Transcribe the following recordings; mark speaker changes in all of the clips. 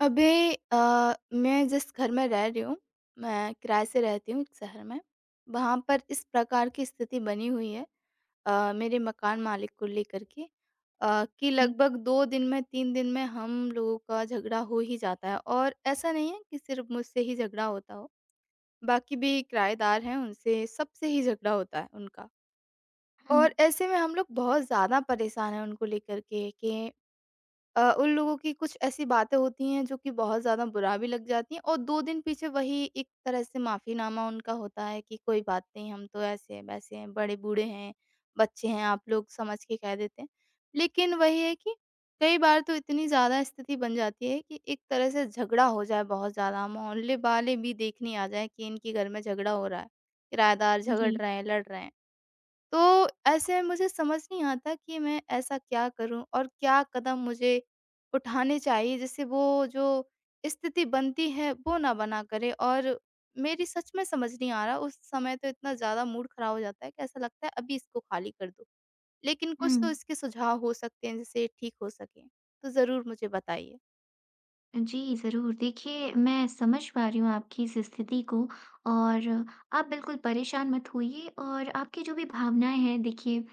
Speaker 1: अभी मैं जिस घर में रह रही हूँ, मैं किराए से रहती हूँ एक शहर में। वहाँ पर इस प्रकार की स्थिति बनी हुई है मेरे मकान मालिक को लेकर के कि
Speaker 2: जी।
Speaker 1: लगभग 2 दिन में 3 दिन में हम लोगों का झगड़ा हो ही जाता है। और ऐसा नहीं है कि सिर्फ़ मुझसे ही झगड़ा होता हो, बाकी भी किराएदार हैं उनसे सबसे ही झगड़ा होता है उनका।
Speaker 2: हुँ।
Speaker 1: और ऐसे में हम लोग बहुत ज़्यादा परेशान हैं उनको लेकर के कि उन लोगों की कुछ ऐसी बातें होती हैं जो कि बहुत ज़्यादा बुरा भी लग जाती हैं, और 2 दिन पीछे वही एक तरह से माफ़ीनामा उनका होता है कि कोई बात नहीं, हम तो ऐसे हैं, वैसे हैं, बड़े-बूढ़े हैं, बच्चे हैं, आप लोग समझ के कह देते हैं। लेकिन वही है कि कई बार तो इतनी ज़्यादा स्थिति बन जाती है कि एक तरह से झगड़ा हो जाए बहुत ज़्यादा, मोहल्ले वाले भी देखने आ जाएँ कि इनके घर में झगड़ा हो रहा है, किराएदार झगड़
Speaker 2: जी।
Speaker 1: रहे हैं, लड़ रहे हैं। तो ऐसे में मुझे समझ नहीं आता कि मैं ऐसा क्या करूँ और क्या कदम मुझे उठाने चाहिए जिससे वो जो स्थिति बनती है वो ना बना करे, और मेरी सच में समझ नहीं आ रहा। उस समय तो इतना ज़्यादा मूड खराब हो जाता है कि ऐसा लगता है अभी इसको खाली कर दो, लेकिन कुछ तो
Speaker 2: हुँ।
Speaker 1: इसके सुझाव हो सकते हैं जिससे ये ठीक हो सके, तो ज़रूर मुझे बताइए।
Speaker 2: जी, ज़रूर। देखिए, मैं समझ पा रही हूँ आपकी इस स्थिति को और आप बिल्कुल परेशान मत होइए और आपकी जो भी भावनाएँ हैं देखिए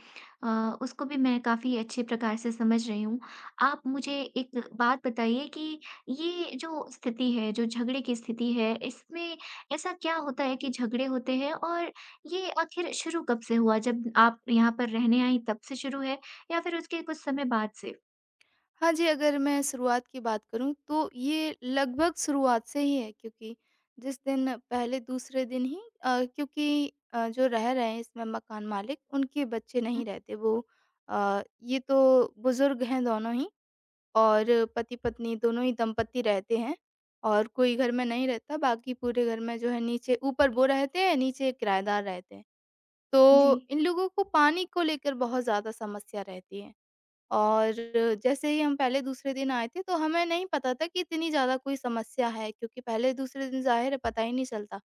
Speaker 2: उसको भी मैं काफ़ी अच्छे प्रकार से समझ रही हूँ। आप मुझे एक बात बताइए कि ये जो स्थिति है, जो झगड़े की स्थिति है, इसमें ऐसा क्या होता है कि झगड़े होते हैं और ये आखिर शुरू कब से हुआ? जब आप यहाँ पर रहने आईं तब से शुरू है या फिर उसके कुछ समय बाद से?
Speaker 1: हाँ जी, अगर मैं शुरुआत की बात करूँ तो ये लगभग शुरुआत से ही है, क्योंकि जिस दिन पहले दूसरे दिन ही क्योंकि जो रह रहे हैं इसमें मकान मालिक, उनके बच्चे
Speaker 2: हुँ।
Speaker 1: नहीं रहते वो ये तो बुज़ुर्ग हैं दोनों ही, और पति-पत्नी दोनों ही दंपति रहते हैं, और कोई घर में नहीं रहता, बाकी पूरे घर में जो है नीचे ऊपर वो रहते हैं, नीचे किराएदार रहते हैं।
Speaker 2: जी।
Speaker 1: तो इन लोगों को पानी को लेकर बहुत ज़्यादा समस्या रहती है। और जैसे ही हम पहले दूसरे दिन आए थे तो हमें नहीं पता था कि इतनी ज़्यादा कोई समस्या है, क्योंकि पहले दूसरे दिन ज़ाहिर है पता ही नहीं चलता।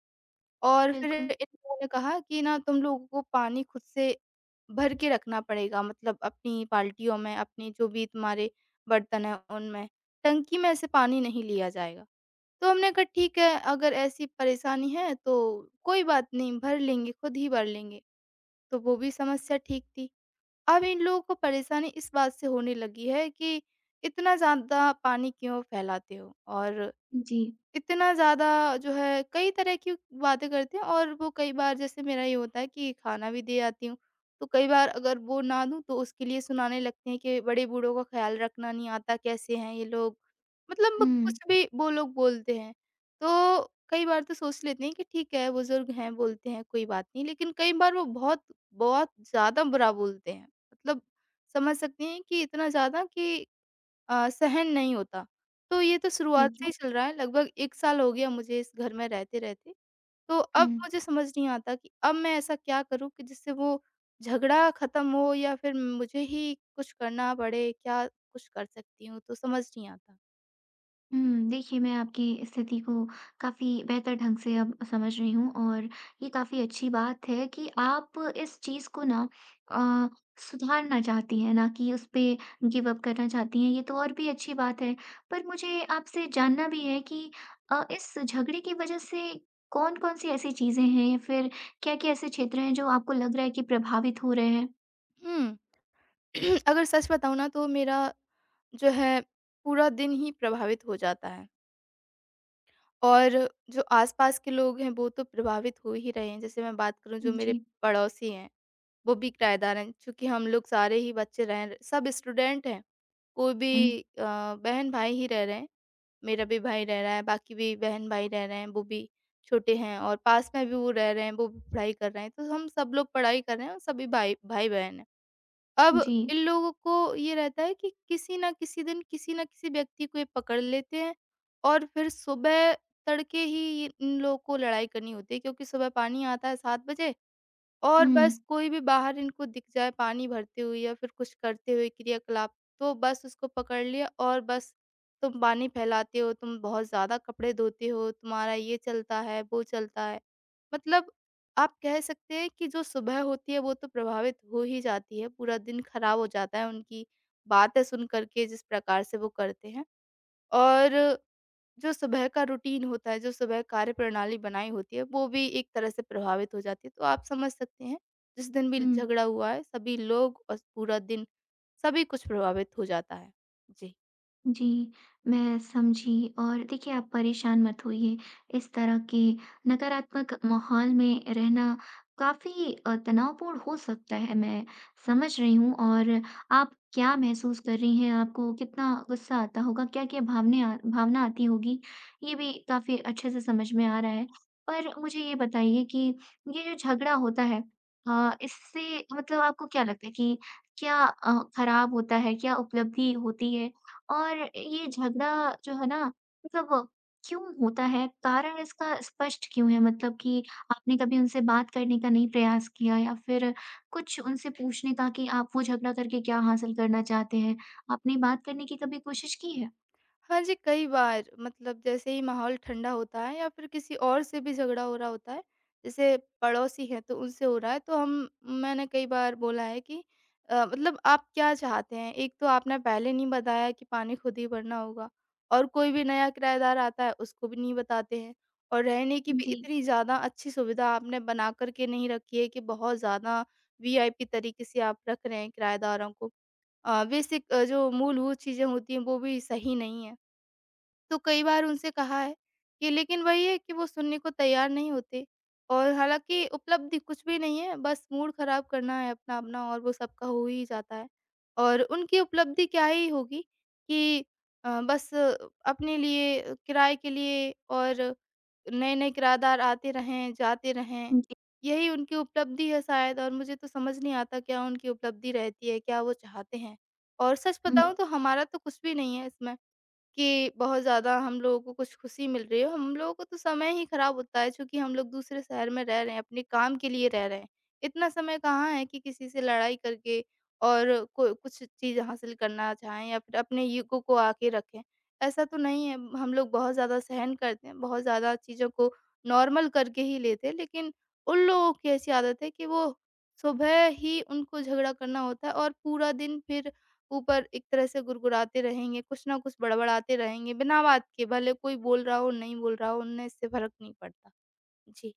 Speaker 1: और फिर
Speaker 2: बिल्कुल।
Speaker 1: इन लोगों ने कहा कि ना, तुम लोगों को पानी खुद से भर के रखना पड़ेगा, मतलब अपनी बाल्टियों में, अपनी जो भी तुम्हारे बर्तन हैं उनमें, टंकी में से पानी नहीं लिया जाएगा। तो हमने कहा ठीक है, अगर ऐसी परेशानी है तो कोई बात नहीं, भर लेंगे, खुद ही भर लेंगे। तो वो भी समस्या ठीक थी। अब इन लोगों को परेशानी इस बात से होने लगी है कि इतना ज़्यादा पानी क्यों फैलाते हो, और
Speaker 2: जी।
Speaker 1: इतना ज़्यादा जो है कई तरह की बातें करते हैं। और वो कई बार जैसे मेरा ये होता है कि खाना भी दे आती हूँ, तो कई बार अगर वो ना दूँ तो उसके लिए सुनाने लगते हैं कि बड़े बूढ़ों का ख़्याल रखना नहीं आता, कैसे हैं ये लोग? मतलब
Speaker 2: हुँ।
Speaker 1: कुछ भी वो लोग बोलते हैं। तो कई बार तो सोच लेते हैं कि ठीक है बुज़ुर्ग हैं, बोलते हैं, कोई बात नहीं, लेकिन कई बार वो बहुत, बहुत ज़्यादा बुरा बोलते हैं। मतलब समझ सकते हैं कि इतना ज़्यादा कि सहन नहीं होता। तो ये तो शुरुआत
Speaker 2: ठीक
Speaker 1: से
Speaker 2: है।
Speaker 1: ही चल रहा है, लगभग 1 साल हो गया मुझे इस घर में रहते-रहते। तो
Speaker 2: हुँ।
Speaker 1: अब मुझे समझ नहीं आता कि अब मैं ऐसा क्या करूँ कि जिससे वो झगड़ा ख़त्म हो, या फिर मुझे ही कुछ करना पड़े, क्या कुछ कर सकती हूँ? तो समझ नहीं आता।
Speaker 2: देखिए मैं आपकी स्थिति को काफ़ी बेहतर ढंग से अब समझ रही हूँ और ये काफ़ी अच्छी बात है कि आप इस चीज़ को ना अ, सुधारना चाहती हैं, ना कि उस पे गिव अप करना चाहती हैं, ये तो और भी अच्छी बात है। पर मुझे आपसे जानना भी है कि इस झगड़े की वजह से कौन-कौन सी ऐसी चीज़ें हैं या फिर क्या-क्या ऐसे क्षेत्र हैं जो आपको लग रहा है कि प्रभावित हो रहे हैं?
Speaker 1: हुँ, अगर सच बताऊँ ना तो मेरा जो है पूरा दिन ही प्रभावित हो जाता है। और जो आस-पास के लोग हैं वो तो प्रभावित हो ही रहे हैं। जैसे मैं बात करूँ जो मेरे
Speaker 2: जी।
Speaker 1: पड़ोसी हैं। वो भी किराएदार हैं। चूँकि हम लोग सारे ही बच्चे रह र सब स्टूडेंट हैं। कोई
Speaker 2: हुँ।
Speaker 1: भी अ, बहन-भाई ही रह रहे हैं। मेरा भी भाई रह रहा है, बाकी भी बहन-भाई रह रहे हैं, वो भी छोटे हैं, और पास में भी वो रह रहे हैं, वो भी पढ़ाई कर रहे हैं। तो हम सब लोग पढ़ाई कर रहे हैं और सभी भाई-बहन हैं। अब
Speaker 2: जी।
Speaker 1: इन लोगों को ये रहता है कि किसी न किसी दिन, किसी न किसी व्यक्ति को ये पकड़ लेते हैं, और फिर सुबह तड़के ही इन लोगों को लड़ाई करनी होती है, क्योंकि सुबह पानी आता है 7 बजे। और
Speaker 2: हुँ।
Speaker 1: बस कोई भी बाहर इनको दिख जाए पानी भरते हुए या फिर कुछ करते हुए क्रियाकलाप, तो बस उसको पकड़ लिया और बस तुम पानी फैलाते हो, तुम बहुत ज़्यादा कपड़े धोते हो, तुम्हारा ये चलता है, वो चलता है। मतलब आप कह सकते हैं कि जो सुबह होती है वो तो प्रभावित हो ही जाती है, पूरा दिन खराब हो जाता है उनकी बातें सुन कर के जिस प्रकार से वो करते हैं। और जो सुबह का रूटीन होता है, जो सुबह कार्यप्रणाली बनाई होती है, वो भी एक तरह से प्रभावित हो जाती है। तो आप समझ सकते हैं, जिस दिन भी
Speaker 2: हुँ।
Speaker 1: झगड़ा हुआ है, सभी लोग और पूरा दिन, सभी कुछ प्रभावित हो जाता है। जी।
Speaker 2: जी, मैं समझी और देखिए आप परेशान मत होइए। इस तरह के नकारात्मक माहौल में रहना काफ़ी तनावपूर्ण हो सकता है, मैं समझ रही हूँ और आप क्या महसूस कर रही हैं, आपको कितना गुस्सा आता होगा, क्या-क्या भावने आ भावना आती होगी, ये भी काफ़ी अच्छे से समझ में आ रहा है। पर मुझे ये बताइए कि ये जो झगड़ा होता है इससे मतलब आपको क्या लगता है कि क्या खराब होता है, क्या उपलब्धि होती है? और ये झगड़ा जो है ना मतलब क्यों होता है? कारण इसका स्पष्ट क्यों है? मतलब कि आपने कभी उनसे बात करने का नहीं प्रयास किया या फिर कुछ उनसे पूछने का कि आप वो झगड़ा करके क्या हासिल करना चाहते हैं? आपने बात करने की कभी कोशिश की है?
Speaker 1: हाँ जी, कई बार मतलब जैसे ही माहौल ठंडा होता है या फिर किसी और से भी झगड़ा हो रहा होता है, जैसे पड़ोसी हैं तो उनसे हो रहा है, तो हम मैंने कई बार बोला है कि मतलब आप क्या चाहते हैं? एक तो आपने पहले नहीं बताया कि पानी खुद ही भरना होगा, और कोई भी नया किराएदार आता है उसको भी नहीं बताते हैं, और रहने की भी
Speaker 2: जी।
Speaker 1: इतनी ज़्यादा अच्छी सुविधा आपने बना कर के नहीं रखी है कि बहुत ज़्यादा वीआईपी तरीके से आप रख रहे हैं किराएदारों को। बेसिक जो मूलभूत चीज़ें होती हैं वो भी सही नहीं है। तो कई बार उनसे कहा है, कि लेकिन वही है कि वो सुनने को तैयार नहीं होते। और हालाँकि उपलब्धि कुछ भी नहीं है, बस मूड ख़राब करना है अपना-अपना, और वो सबका हो ही जाता है। और उनकी उपलब्धि क्या ही होगी कि बस अपने लिए, किराए के लिए, और नए-नए किराएदार आते रहें, जाते रहें,
Speaker 2: जी।
Speaker 1: यही उनकी उपलब्धि है शायद। और मुझे तो समझ नहीं आता क्या उनकी उपलब्धि रहती है, क्या वो चाहते हैं? और सच बताऊँ तो हमारा तो कुछ भी नहीं है इसमें। कि बहुत ज़्यादा हम लोगों को कुछ खुशी मिल रही हो, हम लोगों को तो समय ही खराब होता है, चूँकि हम लोग दूसरे शहर में रह रहे हैं, अपने काम के लिए रह रहे हैं। इतना समय कहाँ है कि किसी से लड़ाई करके और को कुछ चीज़ हासिल करना चाहें, या फिर अपने ईगो को आके रखें। ऐसा तो नहीं है, हम लोग बहुत ज़्यादा सहन करते हैं, बहुत ज़्यादा चीज़ों को नॉर्मल करके ही लेते हैं, लेकिन उन लोगों की ऐसी आदत है कि वो सुबह ही उनको झगड़ा करना होता है, और पूरा दिन फिर ऊपर एक तरह से गुड़गुड़ाते रहेंगे, कुछ ना कुछ बड़बड़ाते रहेंगे, बिना बात के, भले कोई बोल रहा हो, नहीं बोल रहा हो, उन्हें इससे फ़र्क नहीं पड़ता। जी।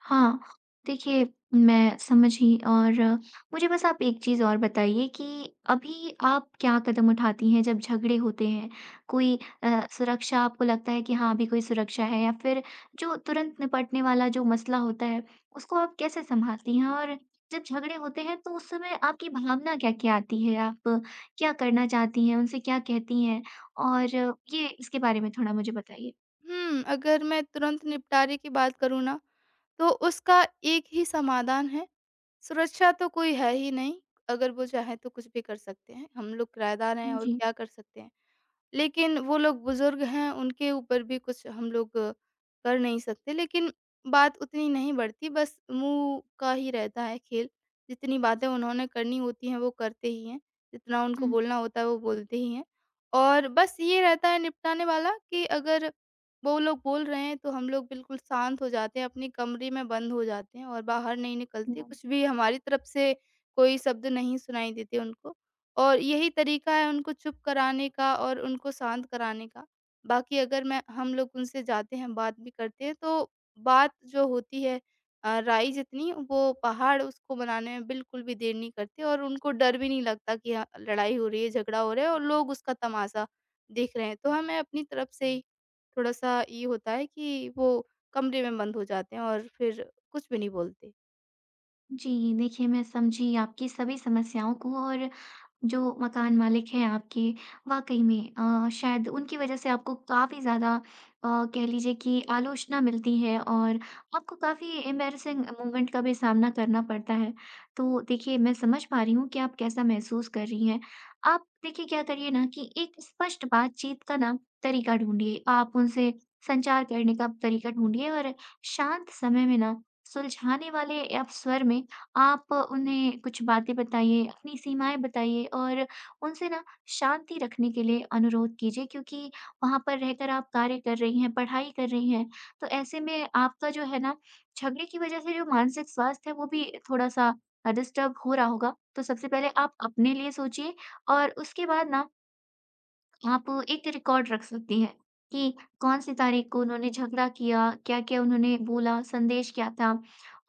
Speaker 2: हाँ, देखिए मैं समझी और मुझे बस आप एक चीज़ और बताइए कि अभी आप क्या कदम उठाती हैं जब झगड़े होते हैं? कोई सुरक्षा आपको लगता है कि हाँ, अभी कोई सुरक्षा है या फिर जो तुरंत निपटने वाला जो मसला होता है, उसको आप कैसे सँभालती हैं? और जब झगड़े होते हैं तो उस समय आपकी भावना क्या-क्या आती है? आप क्या करना चाहती हैं? उनसे क्या कहती हैं? और ये इसके बारे में थोड़ा मुझे बताइए।
Speaker 1: हुँ, अगर मैं तुरंत निपटारे की बात करूँ ना, तो उसका एक ही समाधान है। सुरक्षा तो कोई है ही नहीं, अगर वो चाहें तो कुछ भी कर सकते हैं। हम लोग किराएदार हैं
Speaker 2: हाँ
Speaker 1: और
Speaker 2: जी।
Speaker 1: क्या कर सकते हैं। लेकिन वो लोग बुज़ुर्ग हैं, उनके ऊपर भी कुछ हम लोग कर नहीं सकते, लेकिन बात उतनी नहीं बढ़ती, बस मुँह का ही रहता है खेल। जितनी बातें उन्होंने करनी होती हैं, वो करते ही हैं, जितना उनको बोलना होता है, वो बोलते ही हैं। और बस ये रहता है निपटाने वाला कि अगर वो लोग बोल रहे हैं, तो हम लोग बिल्कुल शांत हो जाते हैं, अपने कमरे में बंद हो जाते हैं और बाहर नहीं निकलते।
Speaker 2: हुँ।
Speaker 1: कुछ भी हमारी तरफ से कोई शब्द नहीं सुनाई देते उनको। और यही तरीका है उनको चुप कराने का और उनको शांत कराने का। बाकी अगर मैं हम लोग उनसे जाते हैं, बात भी करते हैं, तो बात जो होती है राई जितनी वो पहाड़ उसको बनाने में बिल्कुल भी देर नहीं करते, और उनको डर भी नहीं लगता कि हाँ, लड़ाई हो रही है, झगड़ा हो रहा है और लोग उसका तमाशा देख रहे हैं। तो हमें अपनी तरफ से ही थोड़ा-सा ये होता है कि वो कमरे में बंद हो जाते हैं और फिर कुछ भी नहीं बोलते।
Speaker 2: जी, देखिए मैं समझी आपकी सभी समस्याओं को और जो मकान मालिक हैं आपके वाक़ई में शायद उनकी वज़ह से आपको काफ़ी ज़्यादा कह लीजिए कि आलोचना मिलती है और आपको काफ़ी एम्बैरेसिंग मोमेंट का भी सामना करना पड़ता है। तो देखिए मैं समझ पा रही हूँ कि आप कैसा महसूस कर रही हैं। आप देखिए क्या करिए ना कि एक स्पष्ट बातचीत का ना तरीका ढूँढिए। आप उनसे संचार करने का तरीका ढूँढिए और शांत समय में ना सुलझाने वाले आप स्वर में आप उन्हें कुछ बातें बताइए, अपनी सीमाएँ बताइए और उनसे ना शांति रखने के लिए अनुरोध कीजिए क्योंकि वहाँ पर रहकर आप कार्य कर रही हैं, पढ़ाई कर रही हैं, तो ऐसे में आपका जो है ना झगड़े की वज़ह से जो मानसिक स्वास्थ्य है वो भी थोड़ा-सा डिस्टर्ब हो रहा होगा। तो सबसे पहले आप अपने लिए सोचिए और उसके बाद ना आप एक रिकॉर्ड रख सकती हैं कि कौन सी तारीख को उन्होंने झगड़ा किया, क्या-क्या उन्होंने बोला, संदेश क्या था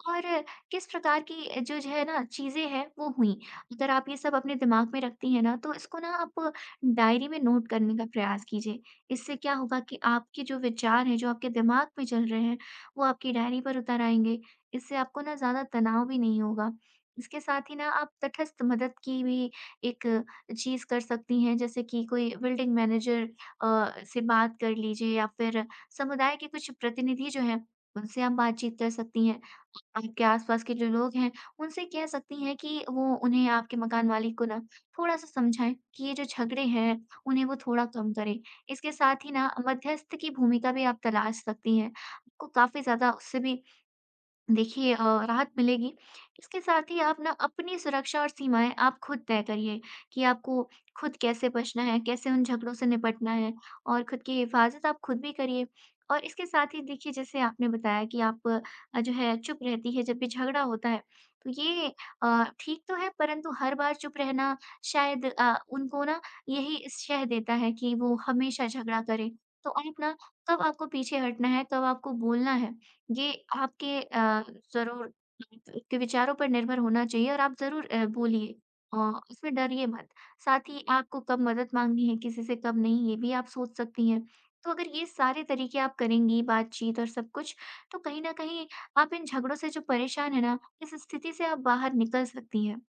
Speaker 2: और किस प्रकार की जो जो है ना चीज़ें हैं वो हुई। अगर आप ये सब अपने दिमाग में रखती हैं ना तो इसको ना आप डायरी में नोट करने का प्रयास कीजिए। इससे क्या होगा कि आपके जो विचार हैं, जो आपके दिमाग में चल रहे हैं वो आपकी डायरी पर उतर आएँगे। इससे आपको ना ज़्यादा तनाव भी नहीं होगा। इसके साथ ही ना आप तटस्थ मदद की भी एक चीज़ कर सकती हैं, जैसे कि कोई बिल्डिंग मैनेजर से बात कर लीजिए या फिर समुदाय के कुछ प्रतिनिधि जो हैं, उनसे आप बातचीत कर सकती हैं। आपके आस-पास के जो लोग हैं, उनसे कह सकती हैं कि वो उन्हें आपके मकान मालिक को ना थोड़ा-सा समझाएँ कि ये जो झगड़े हैं, उन्हें वो थोड़ा कम करें। इसके साथ ही ना मध्यस्थ की भूमिका भी आप तलाश सकती हैं। आपको काफ़ी ज़्यादा उससे भी देखिए राहत मिलेगी। इसके साथ ही आप ना अपनी सुरक्षा और सीमाएँ आप खुद तय करिए कि आपको खुद कैसे बचना है, कैसे उन झगड़ों से निपटना है और खुद की हिफाज़त आप खुद भी करिए। और इसके साथ ही देखिए जैसे आपने बताया कि आप जो है चुप रहती है जब भी झगड़ा होता है, तो ये ठीक तो है परंतु हर बार चुप रहना शायद उनको ना यही शह देता है कि वो हमेशा झगड़ा करें। तो आप ना कब आपको पीछे हटना है, कब आपको बोलना है ये आपके ज़रूर के विचारों पर निर्भर होना चाहिए और आप ज़रूर बोलिए इसमें डरिए मत। साथ ही आपको कब मदद माँगनी है, किसी से कब नहीं, ये भी आप सोच सकती हैं। तो अगर ये सारे तरीके आप करेंगी, बातचीत और सब कुछ, तो कहीं न कहीं आप इन झगड़ों से जो परेशान हैं ना, इस स्थिति से आप बाहर निकल सकती हैं।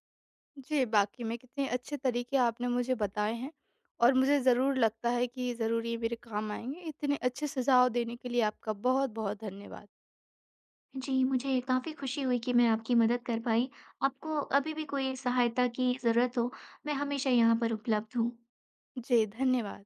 Speaker 1: जी, वाक़ई में कितने अच्छे तरीके आपने मुझे बताए हैं, और मुझे ज़रूर लगता है कि ज़रूर ये मेरे काम आएँगे। इतने अच्छे सुझाव देने के लिए आपका बहुत-बहुत धन्यवाद।
Speaker 2: जी, मुझे काफ़ी खुशी हुई कि मैं आपकी मदद कर पाई। आपको अभी भी कोई सहायता की ज़रूरत हो, मैं हमेशा यहाँ पर उपलब्ध हूँ।
Speaker 1: जी, धन्यवाद।